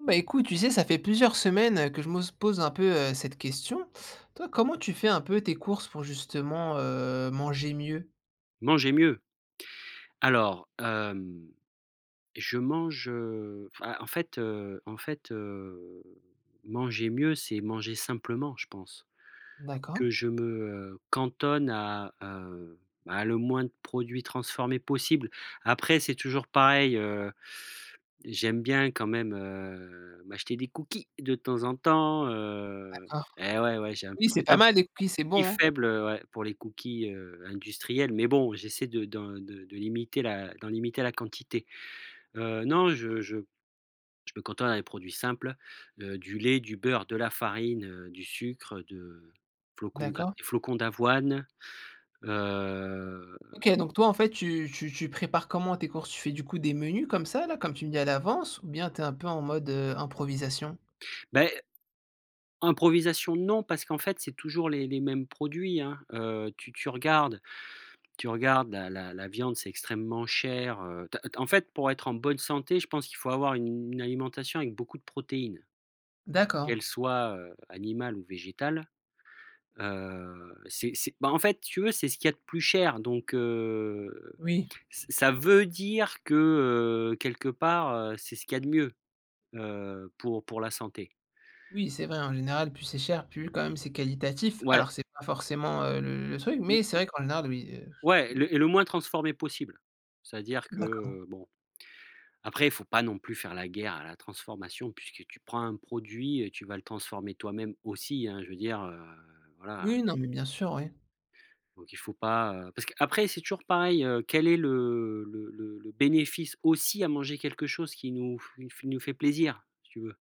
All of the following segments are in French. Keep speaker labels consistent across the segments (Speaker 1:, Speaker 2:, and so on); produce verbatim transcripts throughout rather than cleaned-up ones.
Speaker 1: Bah écoute, tu sais, ça fait plusieurs semaines que je me pose un peu euh, cette question. Toi, comment tu fais un peu tes courses pour justement euh, manger mieux?
Speaker 2: Manger mieux? Alors, hem, je mange, heu, enfin, en fait, heu en fait, heu, manger mieux, c'est manger simplement. Je pense
Speaker 1: D'accord.
Speaker 2: que je me heu, cantonne à, heu, à le moins de produits transformés possible. Après, c'est toujours pareil, heu, j'aime bien quand même, heu, m'acheter des cookies de temps en temps, heu
Speaker 1: D'accord.
Speaker 2: et ouais, ouais, j'ai un
Speaker 1: Oui, c'est
Speaker 2: petit
Speaker 1: pas
Speaker 2: un
Speaker 1: mal
Speaker 2: petit
Speaker 1: les cookies, c'est
Speaker 2: petit
Speaker 1: bon, hein.
Speaker 2: faible, heu, ouais, pour les cookies, heu, industriels, mais bon, j'essaie de d'en de de limiter la d'en limiter la quantité. Heu, non, je je je me cantonne à des produits simples, heu, du lait, du beurre, de la farine, heu, du sucre, de flocons d'a
Speaker 1: D'accord.
Speaker 2: des flocons d'avoine, heu,
Speaker 1: Ok, donc toi, en fait, tu, tu, tu prépares comment tes courses? Tu fais du coup des menus comme ça, là, comme tu me dis à l'avance, ou bien t'es un peu en mode euh, improvisation?
Speaker 2: beh, improvisation non, parce qu'en fait, c'est toujours les les mêmes produits, hein. Heu, tu tu regardes tu regardes la la la viande, c'est extrêmement cher. Heu, tu En fait, pour être en bonne santé, je pense qu'il faut avoir une une alimentation avec beaucoup de protéines,
Speaker 1: D'accord.
Speaker 2: qu'elles soient, heu, animales ou végétales. Heu, c'est c'est Bah, en fait, si tu veux, c'est ce qu'il y a de plus cher, donc heu
Speaker 1: Oui.
Speaker 2: Ç ça veut dire que, heu, quelque part, heu, c'est ce qu'il y a de mieux, heu, pour pour la santé.
Speaker 1: Oui, c'est vrai, en général, plus c'est cher, plus quand même c'est qualitatif.
Speaker 2: Ouais,
Speaker 1: Alors, c'est pas forcément, heu, le le truc, mais c'est
Speaker 2: m
Speaker 1: vrai qu'en général, oui, heu,
Speaker 2: ouais,
Speaker 1: je
Speaker 2: le et le moins transformé possible. C'est-à-dire que,
Speaker 1: d'accord.
Speaker 2: heu, bon, après, il faut pas non plus faire la guerre à la transformation, puisque tu prends un produit et tu vas le transformer toi-même aussi, hein. Je veux dire, heu, voilà.
Speaker 1: Oui, non, mais bien sûr, oui.
Speaker 2: Donc il faut pas, heu parce qu'après c'est toujours pareil, heu, quel est le le le le bénéfice aussi à manger quelque chose qui nous f nous fait plaisir, si tu veux?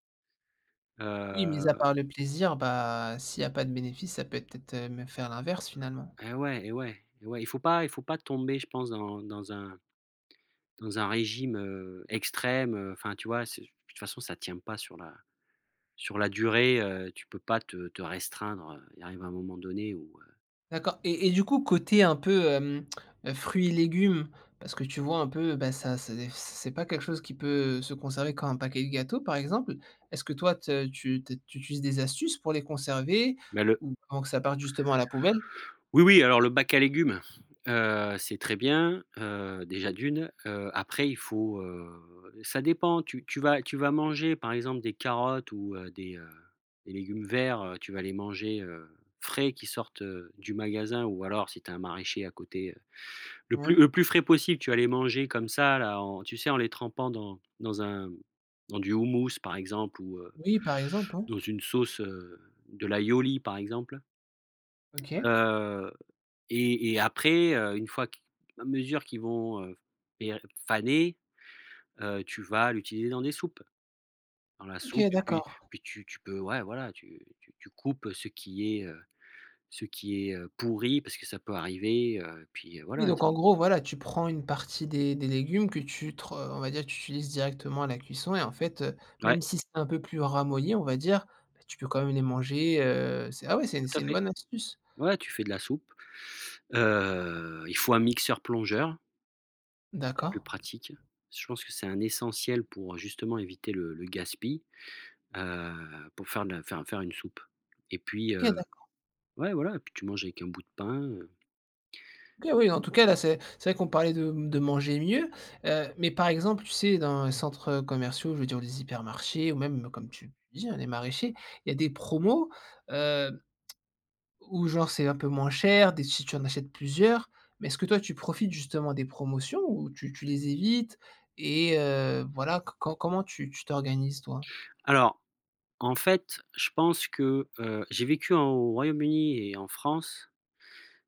Speaker 1: Oui, mis à
Speaker 2: Heu
Speaker 1: part le plaisir, bah, s'il y a pas de bénéfice, ça peut être peut-être, heu, même faire l'inverse finalement.
Speaker 2: Eh ouais, eh ouais, eh ouais, il faut pas il faut pas tomber, je pense, dans dans un dans un régime, heu, extrême, heu, enfin, tu vois? C'est de toute façon, ça tient pas sur la sur la durée, heu, tu peux pas te te restreindre, heu, il arrive un moment donné où, heu,
Speaker 1: D'accord. Et et du coup, côté un peu, hem, heu, fruits et légumes, parce que tu vois un peu, bah, ça c'est c'est pas quelque chose qui peut se conserver comme un paquet de gâteaux, par exemple. Est-ce que toi, te tu te- tu utilises des astuces pour les conserver
Speaker 2: bah, le
Speaker 1: ou avant que ça parte justement à la poubelle?
Speaker 2: oui, oui, alors le bac à légumes, heu, c'est très bien, heu, déjà d'une, heu, après il faut, heu, ça dépend. Tu tu vas tu vas manger par exemple des carottes, ou heu, des, heu, des légumes verts, heu, tu vas les manger, heu, frais qui sortent, heu, du magasin, ou alors si tu as un maraîcher à côté, heu, le
Speaker 1: Ouais.
Speaker 2: plus le plus frais possible. Tu vas les manger comme ça, là, en, tu sais, en les trempant dans dans un dans du houmous, par exemple, ou heu,
Speaker 1: Oui, par exemple, ouais.
Speaker 2: dans une sauce, heu, de l'aïoli par exemple,
Speaker 1: OK.
Speaker 2: euh, et et après, heu, une fois qu à mesure qu'ils vont, heu, pér faner, heu, tu vas l'utiliser dans des soupes. Dans la soupe,
Speaker 1: OK,
Speaker 2: et puis
Speaker 1: d'accord.
Speaker 2: puis tu tu peux ouais, voilà, tu tu tu coupes ce qui est, heu, ce qui est, heu, pourri, parce que ça peut arriver, heu, puis, heu,
Speaker 1: Oui,
Speaker 2: voilà,
Speaker 1: donc
Speaker 2: c'est
Speaker 1: en gros, voilà, tu prends une partie des des légumes que tu tr heu, on va dire, tu utilises directement à la cuisson et en fait, heu,
Speaker 2: ouais,
Speaker 1: même si c'est un peu plus ramolli, on va dire, bah, tu peux quand même les manger, heu, c'est ah ouais, c'est une
Speaker 2: tout à
Speaker 1: c'est une
Speaker 2: fait.
Speaker 1: bonne astuce.
Speaker 2: Ouais, tu fais de la soupe. Heu, il faut un mixeur plongeur, c'est
Speaker 1: D'accord.
Speaker 2: plus pratique. Je pense que c'est un essentiel pour justement éviter le le gaspille, heu, pour faire de la faire faire une soupe, et puis
Speaker 1: OK, d'accord.
Speaker 2: ouais, voilà, et puis tu manges avec un bout de pain, heu.
Speaker 1: OK, oui, en tout cas, là, c'est c'est vrai qu'on parlait de de manger mieux, heu, mais par exemple, tu sais, dans les centres commerciaux, je veux dire, les hypermarchés ou même, comme tu dis, hein, les maraîchers, il y a des promos, heu ou genre c'est un peu moins cher, des si tu en achètes plusieurs, mais est-ce que toi tu profites justement des promotions ou tu tu les évites? Et heu, voilà, co co comment tu tu t'organises, toi?
Speaker 2: Alors, en fait, je pense que, heu, j'ai vécu en au Royaume-Uni et en France,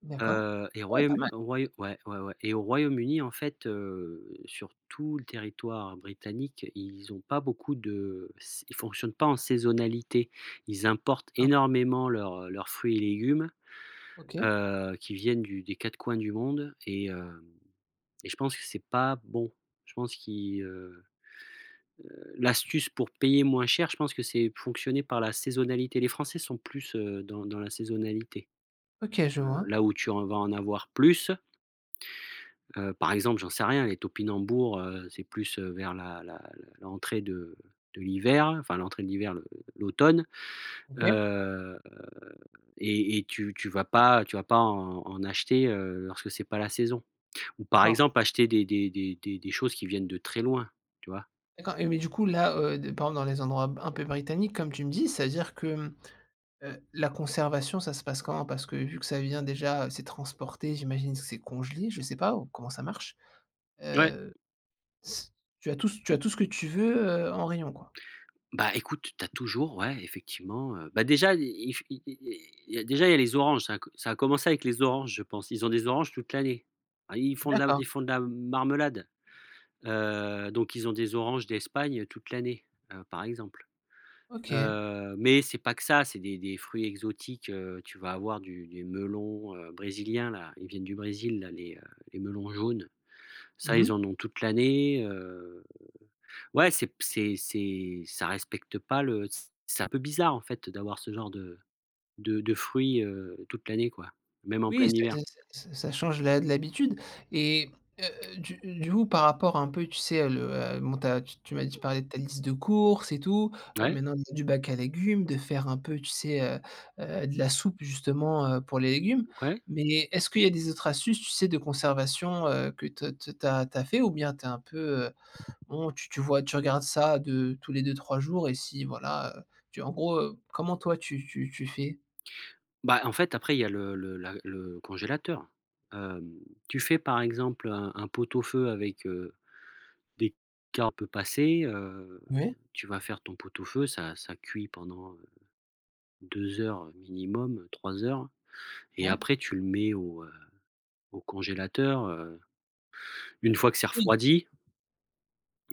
Speaker 1: D'accord.
Speaker 2: heu et au
Speaker 1: Ah ouais, pas
Speaker 2: Royaume
Speaker 1: mal.
Speaker 2: Royau ouais, ouais, ouais, et au Royaume-Uni, en fait, heu, sur tout le territoire britannique, ils ont pas beaucoup de s ils fonctionnent pas en saisonnalité. Ils importent
Speaker 1: Ah,
Speaker 2: énormément leurs, leurs fruits et légumes,
Speaker 1: OK.
Speaker 2: heu, qui viennent du des quatre coins du monde, et hem et je pense que c'est pas bon. Je pense qu'ils, euh, l'astuce pour payer moins cher, je pense que c'est fonctionner par la saisonnalité. Les Français sont plus, heu, dans dans la saisonnalité.
Speaker 1: OK, je
Speaker 2: Heu,
Speaker 1: vois.
Speaker 2: là où tu en vas en avoir plus, heu, par exemple, j'en sais rien, les topinambours, heu, c'est plus, heu, vers la la la l'entrée de de l'hiver, enfin l'entrée de l'hiver, le l'automne,
Speaker 1: OK,
Speaker 2: heu et et tu tu vas pas tu vas pas en en acheter, heu, lorsque c'est pas la saison. Ou par
Speaker 1: d'accord.
Speaker 2: exemple, acheter des des des des des choses qui viennent de très loin, tu vois?
Speaker 1: D'accord. Et mais du coup là, heu, de par exemple dans les endroits un peu britanniques comme tu me dis, c'est-à-dire que, mmh, la conservation, ça se passe comment? Parce que vu que ça vient déjà, heu, c'est transporté, j'imagine que c'est congelé, je sais pas ou comment ça marche?
Speaker 2: Ouais.
Speaker 1: Heu, c Tu as tout ce tu as tout ce que tu veux, heu, en rayon, quoi?
Speaker 2: Bah, écoute, t'as toujours, ouais, effectivement, heu, bah, déjà i il f i il y a déjà il y a les oranges, ça a co ça a commencé avec les oranges, je pense. Ils ont des oranges toute l'année. Ah, ils font de la
Speaker 1: D'accord,
Speaker 2: ils font de la marmelade, heu, donc ils ont des oranges d'Espagne toute l'année, heu, par exemple.
Speaker 1: OK.
Speaker 2: Heu, mais c'est pas que ça, c'est des des fruits exotiques, heu, tu vas avoir du des melons, heu, brésiliens, là, ils viennent du Brésil, là, les, heu, les melons jaunes. Ça,
Speaker 1: Mmh.
Speaker 2: ils en ont toute l'année, heu ouais, c'est c'est c'est ça respecte pas le c'est un peu bizarre, en fait, d'avoir ce genre de de de fruits, heu, toute l'année, quoi, même en
Speaker 1: Oui,
Speaker 2: plein hiver.
Speaker 1: ça ça ça ça change la de l'habitude et heu, du du coup, par rapport un peu, tu sais, le, heu, bon, tu as tu tu m'as dit, tu parlais de ta liste de courses et tout, heu,
Speaker 2: Ouais,
Speaker 1: maintenant du bac à légumes, de faire un peu, tu sais, heu heu, de la soupe justement, heu, pour les légumes.
Speaker 2: ouais.
Speaker 1: Mais est-ce qu'il y a des autres astuces, tu sais, de conservation, heu, que te te tu as tu as fait ou bien tu es un peu, heu, bon, tu tu vois, tu regardes ça de tous les deux, trois jours et si voilà, heu, tu en gros, heu, comment toi tu tu tu fais?
Speaker 2: Bah, en fait, après, il y a le le la le congélateur. Hem, Tu fais, par exemple, un un pot-au-feu avec, heu, des carottes un peu passées, heu,
Speaker 1: Oui.
Speaker 2: tu vas faire ton pot-au-feu. Ça ça cuit pendant, heu, deux heures minimum, trois heures, et
Speaker 1: Ouais.
Speaker 2: après tu le mets au, heu, au congélateur, heu, une fois que c'est
Speaker 1: Oui.
Speaker 2: refroidi.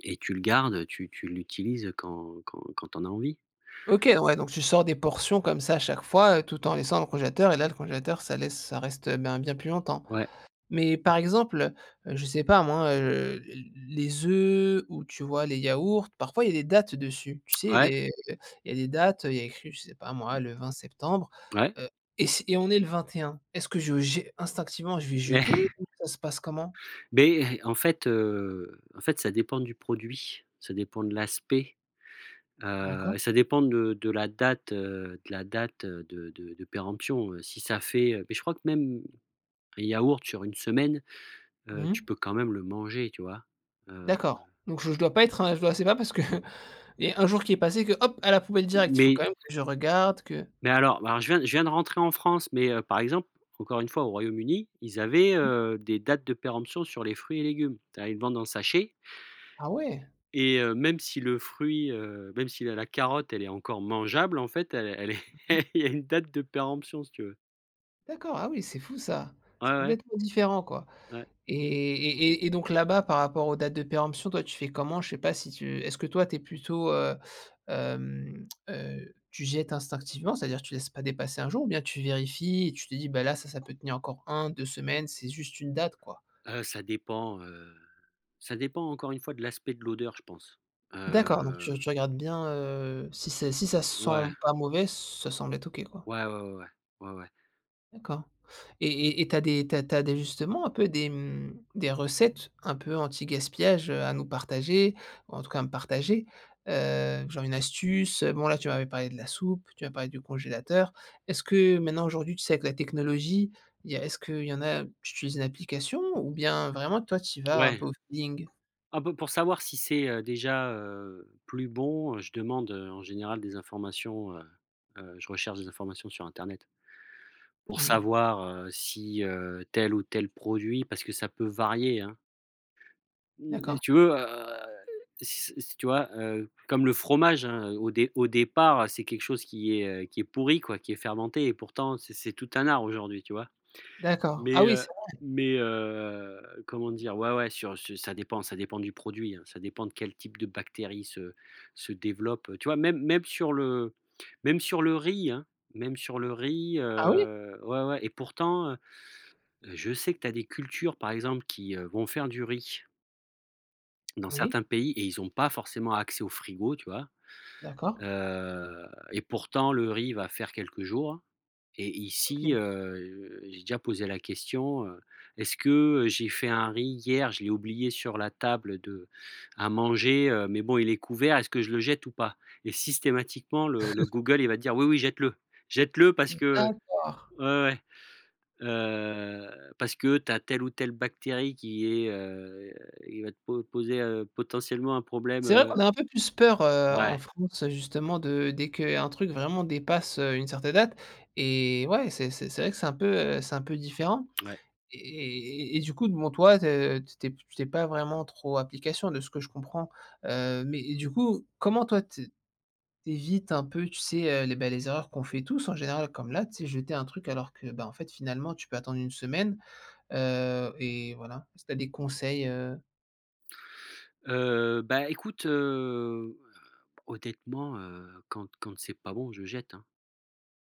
Speaker 2: Et tu le gardes, tu tu l'utilises quand quand quand tu en as envie.
Speaker 1: OK, ouais, donc tu sors des portions comme ça à chaque fois, heu, tout en laissant dans le congélateur. Et là, le congélateur, ça laisse ça reste, heu, ben, bien plus longtemps.
Speaker 2: Ouais,
Speaker 1: Mais par exemple, heu, je sais pas, moi, heu, les œufs, ou tu vois, les yaourts, parfois il y a des dates dessus. Tu sais,
Speaker 2: ouais,
Speaker 1: des euh, il y a des dates, il y a écrit, je sais pas, moi, le vingt septembre,
Speaker 2: ouais.
Speaker 1: heu et si et on est le vingt et un. Est-ce que je j'ai instinctivement, je vais
Speaker 2: Ouais.
Speaker 1: jeter, ou ça se passe comment?
Speaker 2: Mais en fait, heu, en fait, ça dépend du produit, ça dépend de l'aspect,
Speaker 1: D'accord.
Speaker 2: heu, ça dépend de de la date, heu, de la date, heu, de de de péremption, heu, si ça fait, heu mais je crois que même un yaourt sur une semaine, heu, tu
Speaker 1: Mmh.
Speaker 2: peux quand même le manger, tu vois? Heu,
Speaker 1: D'accord. Donc je je dois pas être un, je dois, c'est pas parce que et un jour qui est passé que hop, à la poubelle direct. Il faut
Speaker 2: mais
Speaker 1: quand même que je regarde, que
Speaker 2: Mais alors bah, alors je viens je viens de rentrer en France, mais, heu, par exemple, encore une fois, au Royaume-Uni, ils avaient,
Speaker 1: oui?
Speaker 2: heu, des dates de péremption sur les fruits et légumes. C'est-à-dire, ils vendent en sachet,
Speaker 1: Ah ouais?
Speaker 2: et, heu, même si le fruit, heu, même si la la carotte, elle est encore mangeable, en fait, elle elle est il y a une date de péremption, si tu veux.
Speaker 1: D'accord, ah oui, c'est fou ça.
Speaker 2: Ouais,
Speaker 1: C'est
Speaker 2: ouais,
Speaker 1: complètement différent, quoi.
Speaker 2: ouais.
Speaker 1: Et et et et donc là-bas, par rapport aux dates de péremption, toi, tu fais comment? Je sais pas si tu est-ce que toi, tu es plutôt, heu, hem, heu, tu jettes instinctivement, c'est-à-dire tu laisses pas dépasser un jour ou bien tu vérifies et tu te dis: «Bah là, ça, ça peut tenir encore un deux semaines, c'est juste une date, quoi».
Speaker 2: Heu, ça dépend, heu, ça dépend encore une fois de l'aspect, de l'odeur, je pense.
Speaker 1: D'accord, donc tu
Speaker 2: Heu,
Speaker 1: tu regardes bien, heu, si c'est si ça sent
Speaker 2: ouais,
Speaker 1: pas mauvais, ça semble être OK, quoi.
Speaker 2: ouais, ouais, ouais, ouais, ouais, ouais.
Speaker 1: D'accord. Et et et tu as des tu as tu as des, justement, un peu des, mmh, des recettes un peu anti-gaspillage, heu, à nous partager, ou en tout cas à me partager? Heu, genre une astuce, heu, bon là tu m'avais parlé de la soupe, tu m'as parlé du congélateur. Est-ce que maintenant aujourd'hui, tu sais, avec la technologie, il y a est-ce qu'il y en a tu utilises une application ou bien vraiment toi tu y vas un
Speaker 2: Ouais.
Speaker 1: peu au feeling?
Speaker 2: Ah bah, pour savoir si c'est, heu, déjà, heu, plus bon, heu, je demande, heu, en général, des informations, heu heu, je recherche des informations sur internet. Pour
Speaker 1: Mmh.
Speaker 2: savoir, heu, si, heu, tel ou tel produit, parce que ça peut varier, hein. Mmh, et si
Speaker 1: D'accord,
Speaker 2: tu veux, heu, s s tu vois, heu, comme le fromage, hein, au dé au départ, c'est quelque chose qui est, heu, qui est pourri, quoi, qui est fermenté, et pourtant c'est c'est tout un art aujourd'hui, tu vois?
Speaker 1: d'accord.
Speaker 2: Mais,
Speaker 1: Ah oui,
Speaker 2: heu
Speaker 1: c'est
Speaker 2: mais, heu, comment dire? Ouais, ouais, sur ce ça dépend ça dépend du produit, hein, ça dépend de quel type de bactéries se se développe, tu vois? Même même sur le même sur le riz, hein, même sur le riz,
Speaker 1: ah oui?
Speaker 2: heu, ouais, ouais, et pourtant, heu, je sais que tu as des cultures, par exemple, qui, heu, vont faire du riz dans
Speaker 1: Oui,
Speaker 2: certains pays, et ils ont pas forcément accès au frigo, tu vois?
Speaker 1: d'accord.
Speaker 2: Heu et pourtant, le riz va faire quelques jours. Et ici,
Speaker 1: OK.
Speaker 2: heu, j'ai déjà posé la question, heu: «Est-ce que j'ai fait un riz hier, je l'ai oublié sur la table de à manger, heu, mais bon, il est couvert, est-ce que je le jette ou pas?» Et systématiquement, le le Google il va te dire: «Oui, oui, jette-le, jette-le parce que»
Speaker 1: D'accord.
Speaker 2: ouais, ouais, heu, «parce que tu as telle ou telle bactérie qui est, heu» il va te po poser, heu, potentiellement, un problème,
Speaker 1: C'est vrai
Speaker 2: heu
Speaker 1: qu'on a un peu plus peur, heu, en
Speaker 2: ouais,
Speaker 1: France, justement, de dès qu'un truc vraiment dépasse, heu, une certaine date, et ouais, c'est c'est c'est vrai que c'est un peu, heu, c'est un peu différent.
Speaker 2: ouais.
Speaker 1: Et et et du coup, bon, toi, te t'es t'es pas vraiment trop application, de ce que je comprends, heu, mais du coup, comment toi, tu tu un peu, tu sais, heu, les, bah, les erreurs qu'on fait tous en général, comme là, tu sais, jeter un truc alors que, bah, en fait, finalement, tu peux attendre une semaine, heu et voilà. Est-ce des conseils, heu?
Speaker 2: Heu, bah écoute, heu, honnêtement, heu, quand quand c'est pas bon, je jette, hein.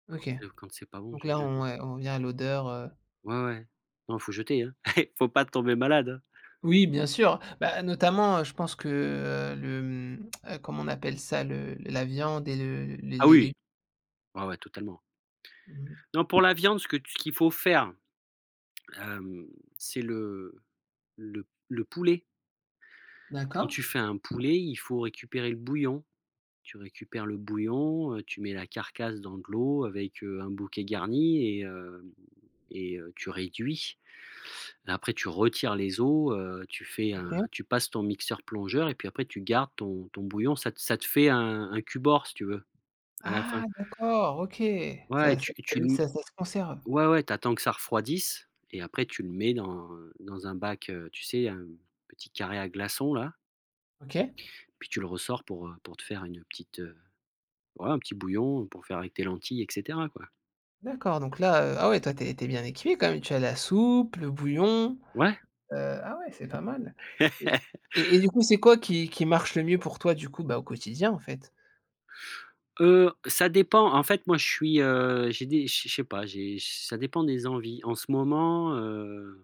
Speaker 2: Quand
Speaker 1: OK,
Speaker 2: c'est quand c'est pas bon,
Speaker 1: donc
Speaker 2: je
Speaker 1: là,
Speaker 2: jette,
Speaker 1: on
Speaker 2: hein.
Speaker 1: ouais, on revient à l'odeur.
Speaker 2: Ouais, ouais. Non, faut jeter, hein. Faut pas tomber malade, hein.
Speaker 1: Oui, bien sûr. Bah, notamment, heu, je pense que, heu, le, mmh, heu, comment on appelle ça? Le La viande et le les
Speaker 2: Ah
Speaker 1: les
Speaker 2: oui,
Speaker 1: lég.
Speaker 2: ouais, ouais, totalement.
Speaker 1: Mmh.
Speaker 2: Non, pour la viande, ce que tu ce qu'il faut faire, hem, c'est le le le poulet. Quand
Speaker 1: D'accord.
Speaker 2: tu fais un poulet, il faut récupérer le bouillon. Tu récupères le bouillon, heu, tu mets la carcasse dans de l'eau avec, heu, un bouquet garni, et hem et heu, tu réduis. Après tu retires les eaux, heu, tu fais un,
Speaker 1: OK.
Speaker 2: tu passes ton mixeur plongeur, et puis après tu gardes ton ton bouillon. Ça te ça te fait un un cube or, si tu veux, à la fin.
Speaker 1: Ah, d'accord, OK.
Speaker 2: Ouais, et
Speaker 1: Ça ça
Speaker 2: tu et tu
Speaker 1: Oui,
Speaker 2: le
Speaker 1: ça ça se conserve.
Speaker 2: ouais, ouais, t'attends que ça refroidisse, et après tu le mets dans dans un bac, heu, tu sais, un petit carré à glaçons, là.
Speaker 1: OK,
Speaker 2: Puis tu le ressors pour, heu, pour te faire une petite, heu, ouais, un petit bouillon pour faire avec tes lentilles et cetera, quoi.
Speaker 1: d'accord. Donc là, heu, ah ouais, toi, t'es es bien équipé quand même. Tu as la soupe, le bouillon.
Speaker 2: Ouais.
Speaker 1: Heu, ah ouais, c'est pas mal. et et et du coup, c'est quoi qui qui marche le mieux pour toi, du coup, bah, au quotidien, en fait?
Speaker 2: Heu, ça dépend. En fait, moi, je suis, heu, j'ai des je sais pas, j'ai, ça dépend des envies. En ce moment, heu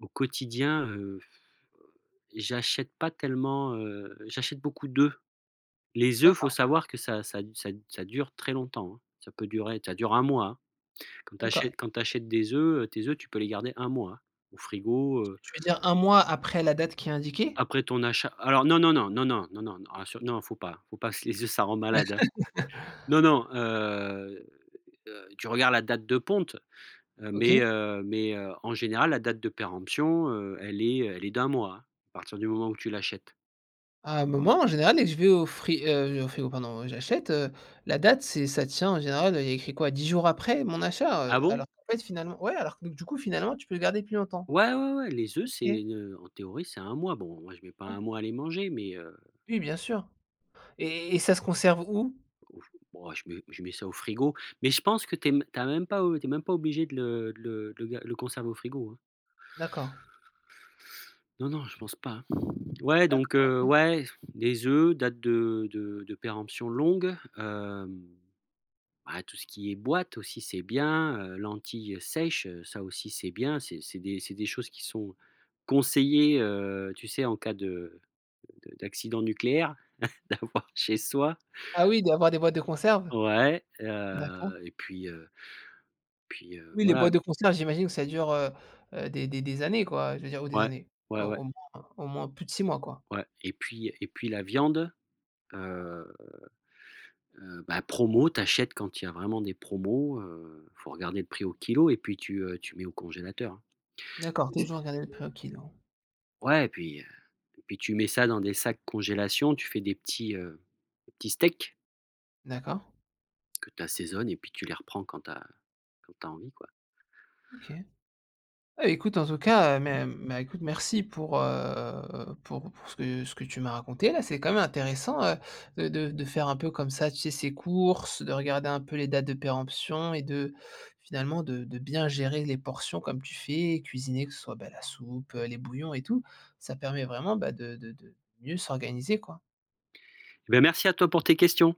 Speaker 2: au quotidien, heu, j'achète pas tellement, heu, j'achète beaucoup d'œufs. Les œufs, faut
Speaker 1: D'accord,
Speaker 2: savoir que ça ça ça ça dure très longtemps, hein. Ça peut durer ça dure un mois, hein. Quand tu
Speaker 1: d'accord.
Speaker 2: achètes, quand t'achètes des œufs, heu, tes œufs, tu peux les garder un mois, hein, au frigo, heu,
Speaker 1: Tu veux dire un mois après la date qui est indiquée?
Speaker 2: après ton achat. Alors non, non, non, non, non, non, non, non, rassure non, faut pas, faut pas, parce que les œufs, ça rend malade, hein. Non, non, heu heu, tu regardes la date de ponte, heu, mais
Speaker 1: OK.
Speaker 2: heu mais heu, en général, la date de péremption, heu, elle est elle est d'un mois, hein, à partir du moment où tu l'achètes.
Speaker 1: Ah, mais moi, en général, dès que je vais au fri heu, au frigo, pardon, euh, j'achète, heu, la date, c'est ça tient en général, il y a écrit quoi? Dix jours après mon achat,
Speaker 2: Ah
Speaker 1: heu,
Speaker 2: bon?
Speaker 1: alors qu'en fait, finalement, ouais, alors que du coup, finalement, tu peux le garder plus longtemps.
Speaker 2: Ouais, ouais, ouais, les œufs,
Speaker 1: OK.
Speaker 2: c'est, heu, en théorie, c'est un mois. Bon, moi, je mets pas
Speaker 1: Ouais.
Speaker 2: un mois à les manger, mais heu,
Speaker 1: Oui, bien sûr. Et et ça se conserve où?
Speaker 2: au bon, je mets, je mets ça au frigo. Mais je pense que t'es es m tu même pas t'es même pas obligé de le de le de le ga le conserver au frigo, hein.
Speaker 1: D'accord.
Speaker 2: Non, non, je pense pas, hein. Ouais, donc
Speaker 1: D'accord,
Speaker 2: heu,
Speaker 1: OK.
Speaker 2: ouais, les œufs, date de de de péremption longue. Hem, bah, tout ce qui est boîte aussi, c'est bien, heu, lentilles sèches, heu, ça aussi, c'est bien. C'est c'est des c'est des choses qui sont conseillées, heu, tu sais, en cas de de d'accident nucléaire. D'avoir chez soi,
Speaker 1: Ah oui, d'avoir des boîtes de conserve?
Speaker 2: ouais,
Speaker 1: D'accord.
Speaker 2: heu et puis, heu, puis, heu,
Speaker 1: Oui, les
Speaker 2: voilà.
Speaker 1: boîtes de conserve, j'imagine que ça dure, heu heu, des des des années, quoi, je veux dire, ou des
Speaker 2: Ouais,
Speaker 1: années, au
Speaker 2: ouais, ouais,
Speaker 1: au moins au moins plus de six mois, quoi.
Speaker 2: ouais, et puis et puis la viande, heu heu, bah, promo, tu achètes quand il y a vraiment des promos, heu, faut regarder le prix au kilo, et puis tu, heu, tu mets au congélateur, hein.
Speaker 1: D'accord,
Speaker 2: C'est
Speaker 1: toujours garder le prix au kilo.
Speaker 2: Ouais, et puis, heu, puis tu mets ça dans des sacs congélation. Tu fais des petits, heu, des petits steaks
Speaker 1: D'accord.
Speaker 2: que tu assaisonnes, et puis tu les reprends quand tu as quand tu as envie, quoi.
Speaker 1: OK. Heu, écoute, en tout cas, heu, mais mais écoute, merci pour, heu, pour pour ce que ce que tu m'as raconté là. C'est quand même intéressant, heu, de de de faire un peu comme ça, tu sais, ces courses, de regarder un peu les dates de péremption et de finalement de de bien gérer les portions comme tu fais, et cuisiner, que ce soit, bah, la soupe, heu, les bouillons et tout. Ça permet vraiment, bah, de de de mieux s'organiser, quoi.
Speaker 2: Bah, merci à toi pour tes questions.